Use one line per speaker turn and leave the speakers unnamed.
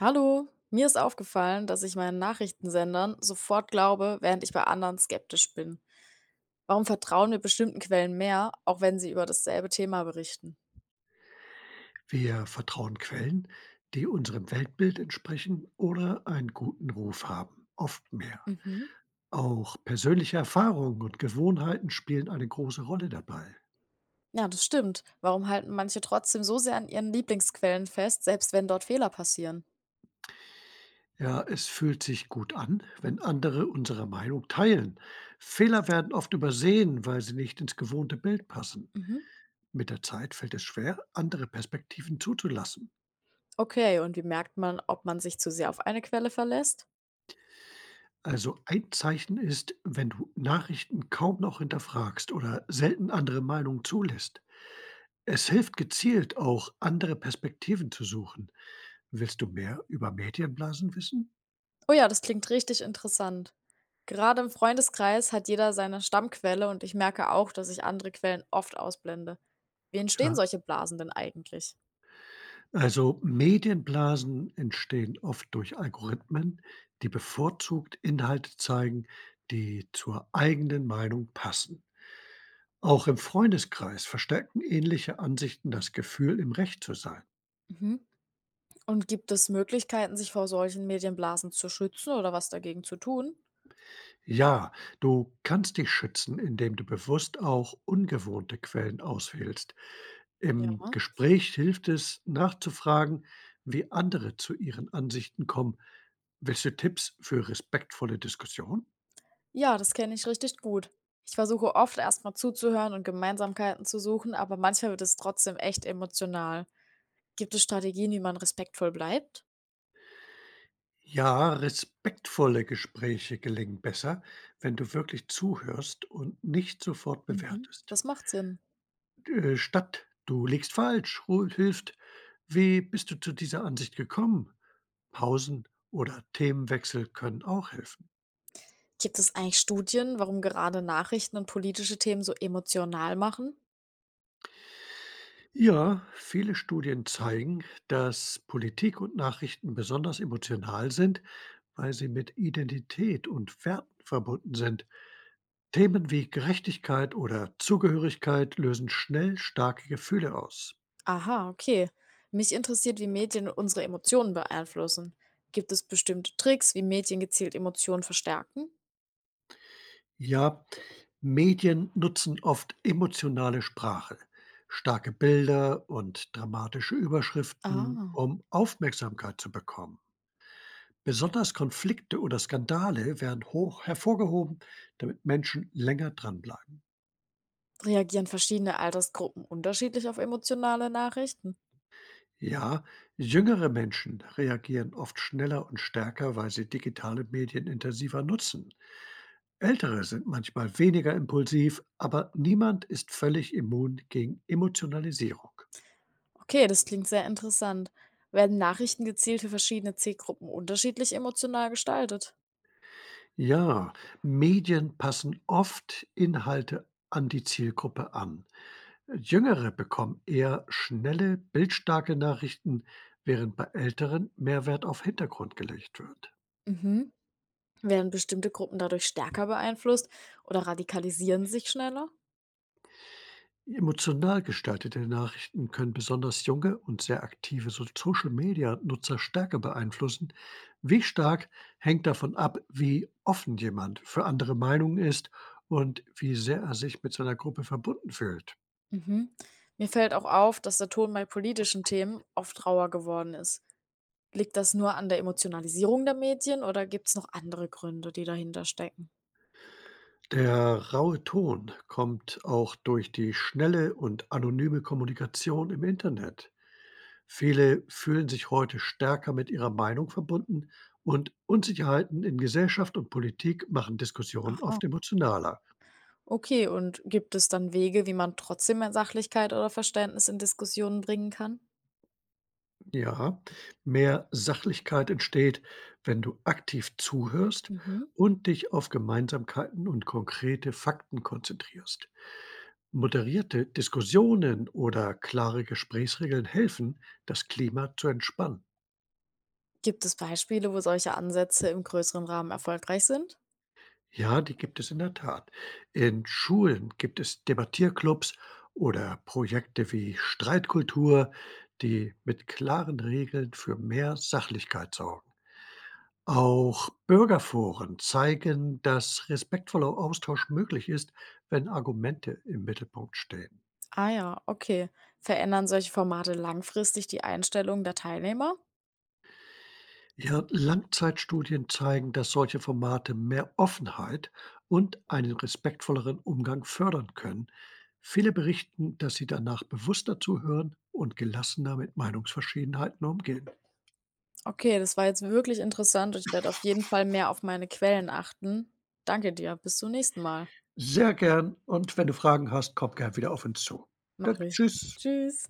Hallo, mir ist aufgefallen, dass ich meinen Nachrichtensendern sofort glaube, während ich bei anderen skeptisch bin. Warum vertrauen wir bestimmten Quellen mehr, auch wenn sie über dasselbe Thema berichten?
Wir vertrauen Quellen, die unserem Weltbild entsprechen oder einen guten Ruf haben, oft mehr.
Mhm.
Auch persönliche Erfahrungen und Gewohnheiten spielen eine große Rolle dabei.
Ja, das stimmt. Warum halten manche trotzdem so sehr an ihren Lieblingsquellen fest, selbst wenn dort Fehler passieren?
Ja, es fühlt sich gut an, wenn andere unsere Meinung teilen. Fehler werden oft übersehen, weil sie nicht ins gewohnte Bild passen.
Mhm.
Mit der Zeit fällt es schwer, andere Perspektiven zuzulassen.
Okay, und wie merkt man, ob man sich zu sehr auf eine Quelle verlässt?
Also ein Zeichen ist, wenn du Nachrichten kaum noch hinterfragst oder selten andere Meinungen zulässt. Es hilft gezielt auch, andere Perspektiven zu suchen. Willst du mehr über Medienblasen wissen?
Oh ja, das klingt richtig interessant. Gerade im Freundeskreis hat jeder seine Stammquelle und ich merke auch, dass ich andere Quellen oft ausblende. Wie entstehen
Ja.
solche Blasen denn eigentlich?
Also Medienblasen entstehen oft durch Algorithmen, die bevorzugt Inhalte zeigen, die zur eigenen Meinung passen. Auch im Freundeskreis verstärken ähnliche Ansichten das Gefühl, im Recht zu sein.
Mhm. Und gibt es Möglichkeiten, sich vor solchen Medienblasen zu schützen oder was dagegen zu tun?
Ja, du kannst dich schützen, indem du bewusst auch ungewohnte Quellen auswählst. Im
Ja.
Gespräch hilft es, nachzufragen, wie andere zu ihren Ansichten kommen. Willst du Tipps für respektvolle Diskussion?
Ja, das kenne ich richtig gut. Ich versuche oft erstmal zuzuhören und Gemeinsamkeiten zu suchen, aber manchmal wird es trotzdem echt emotional. Gibt es Strategien, wie man respektvoll bleibt?
Ja, respektvolle Gespräche gelingen besser, wenn du wirklich zuhörst und nicht sofort
Mhm,
bewertest.
das macht Sinn.
Statt du liegst falsch, hilft, wie bist du zu dieser Ansicht gekommen? Pausen oder Themenwechsel können auch helfen.
Gibt es eigentlich Studien, warum gerade Nachrichten und politische Themen so emotional machen?
Ja, viele Studien zeigen, dass Politik und Nachrichten besonders emotional sind, weil sie mit Identität und Werten verbunden sind. Themen wie Gerechtigkeit oder Zugehörigkeit lösen schnell starke Gefühle aus.
Aha, okay. Mich interessiert, wie Medien unsere Emotionen beeinflussen. Gibt es bestimmte Tricks, wie Medien gezielt Emotionen verstärken?
Ja, Medien nutzen oft emotionale Sprache, starke Bilder und dramatische Überschriften,
Ah,
um Aufmerksamkeit zu bekommen. Besonders Konflikte oder Skandale werden hoch hervorgehoben, damit Menschen länger dranbleiben.
reagieren verschiedene Altersgruppen unterschiedlich auf emotionale Nachrichten?
Ja, jüngere Menschen reagieren oft schneller und stärker, weil sie digitale Medien intensiver nutzen. Ältere sind manchmal weniger impulsiv, aber niemand ist völlig immun gegen Emotionalisierung.
Okay, das klingt sehr interessant. Werden Nachrichten gezielt für verschiedene Zielgruppen unterschiedlich emotional gestaltet?
Ja, Medien passen oft Inhalte an die Zielgruppe an. Jüngere bekommen eher schnelle, bildstarke Nachrichten, während bei Älteren mehr Wert auf Hintergrund gelegt wird.
Mhm. Werden bestimmte Gruppen dadurch stärker beeinflusst oder radikalisieren sich schneller?
Emotional gestaltete Nachrichten können besonders junge und sehr aktive Social-Media-Nutzer stärker beeinflussen. Wie stark hängt davon ab, wie offen jemand für andere Meinungen ist und wie sehr er sich mit seiner Gruppe verbunden fühlt.
Mhm. Mir fällt auch auf, dass der Ton bei politischen Themen oft rauer geworden ist. Liegt das nur an der Emotionalisierung der Medien oder gibt es noch andere Gründe, die dahinter stecken?
Der raue Ton kommt auch durch die schnelle und anonyme Kommunikation im Internet. Viele fühlen sich heute stärker mit ihrer Meinung verbunden und Unsicherheiten in Gesellschaft und Politik machen Diskussionen
Aha.
oft emotionaler.
Okay, und gibt es dann Wege, wie man trotzdem mehr Sachlichkeit oder Verständnis in Diskussionen bringen kann?
Ja, mehr Sachlichkeit entsteht, wenn du aktiv zuhörst
Mhm.
und dich auf Gemeinsamkeiten und konkrete Fakten konzentrierst. Moderierte Diskussionen oder klare Gesprächsregeln helfen, das Klima zu entspannen.
Gibt es Beispiele, wo solche Ansätze im größeren Rahmen erfolgreich sind?
Ja, die gibt es in der Tat. In Schulen gibt es Debattierclubs oder Projekte wie Streitkultur, die mit klaren Regeln für mehr Sachlichkeit sorgen. Auch Bürgerforen zeigen, dass respektvoller Austausch möglich ist, wenn Argumente im Mittelpunkt stehen.
Ah ja, okay. Verändern solche Formate langfristig die Einstellung der Teilnehmer?
Ja, Langzeitstudien zeigen, dass solche Formate mehr Offenheit und einen respektvolleren Umgang fördern können. Viele berichten, dass sie danach bewusster zuhören und gelassener mit Meinungsverschiedenheiten umgehen.
Okay, das war jetzt wirklich interessant. Ich werde auf jeden Fall mehr auf meine Quellen achten. Danke dir. Bis zum nächsten Mal.
Sehr gern und wenn du Fragen hast, komm gern wieder auf uns zu.
Mach
Danke,
ich.
tschüss.
Tschüss.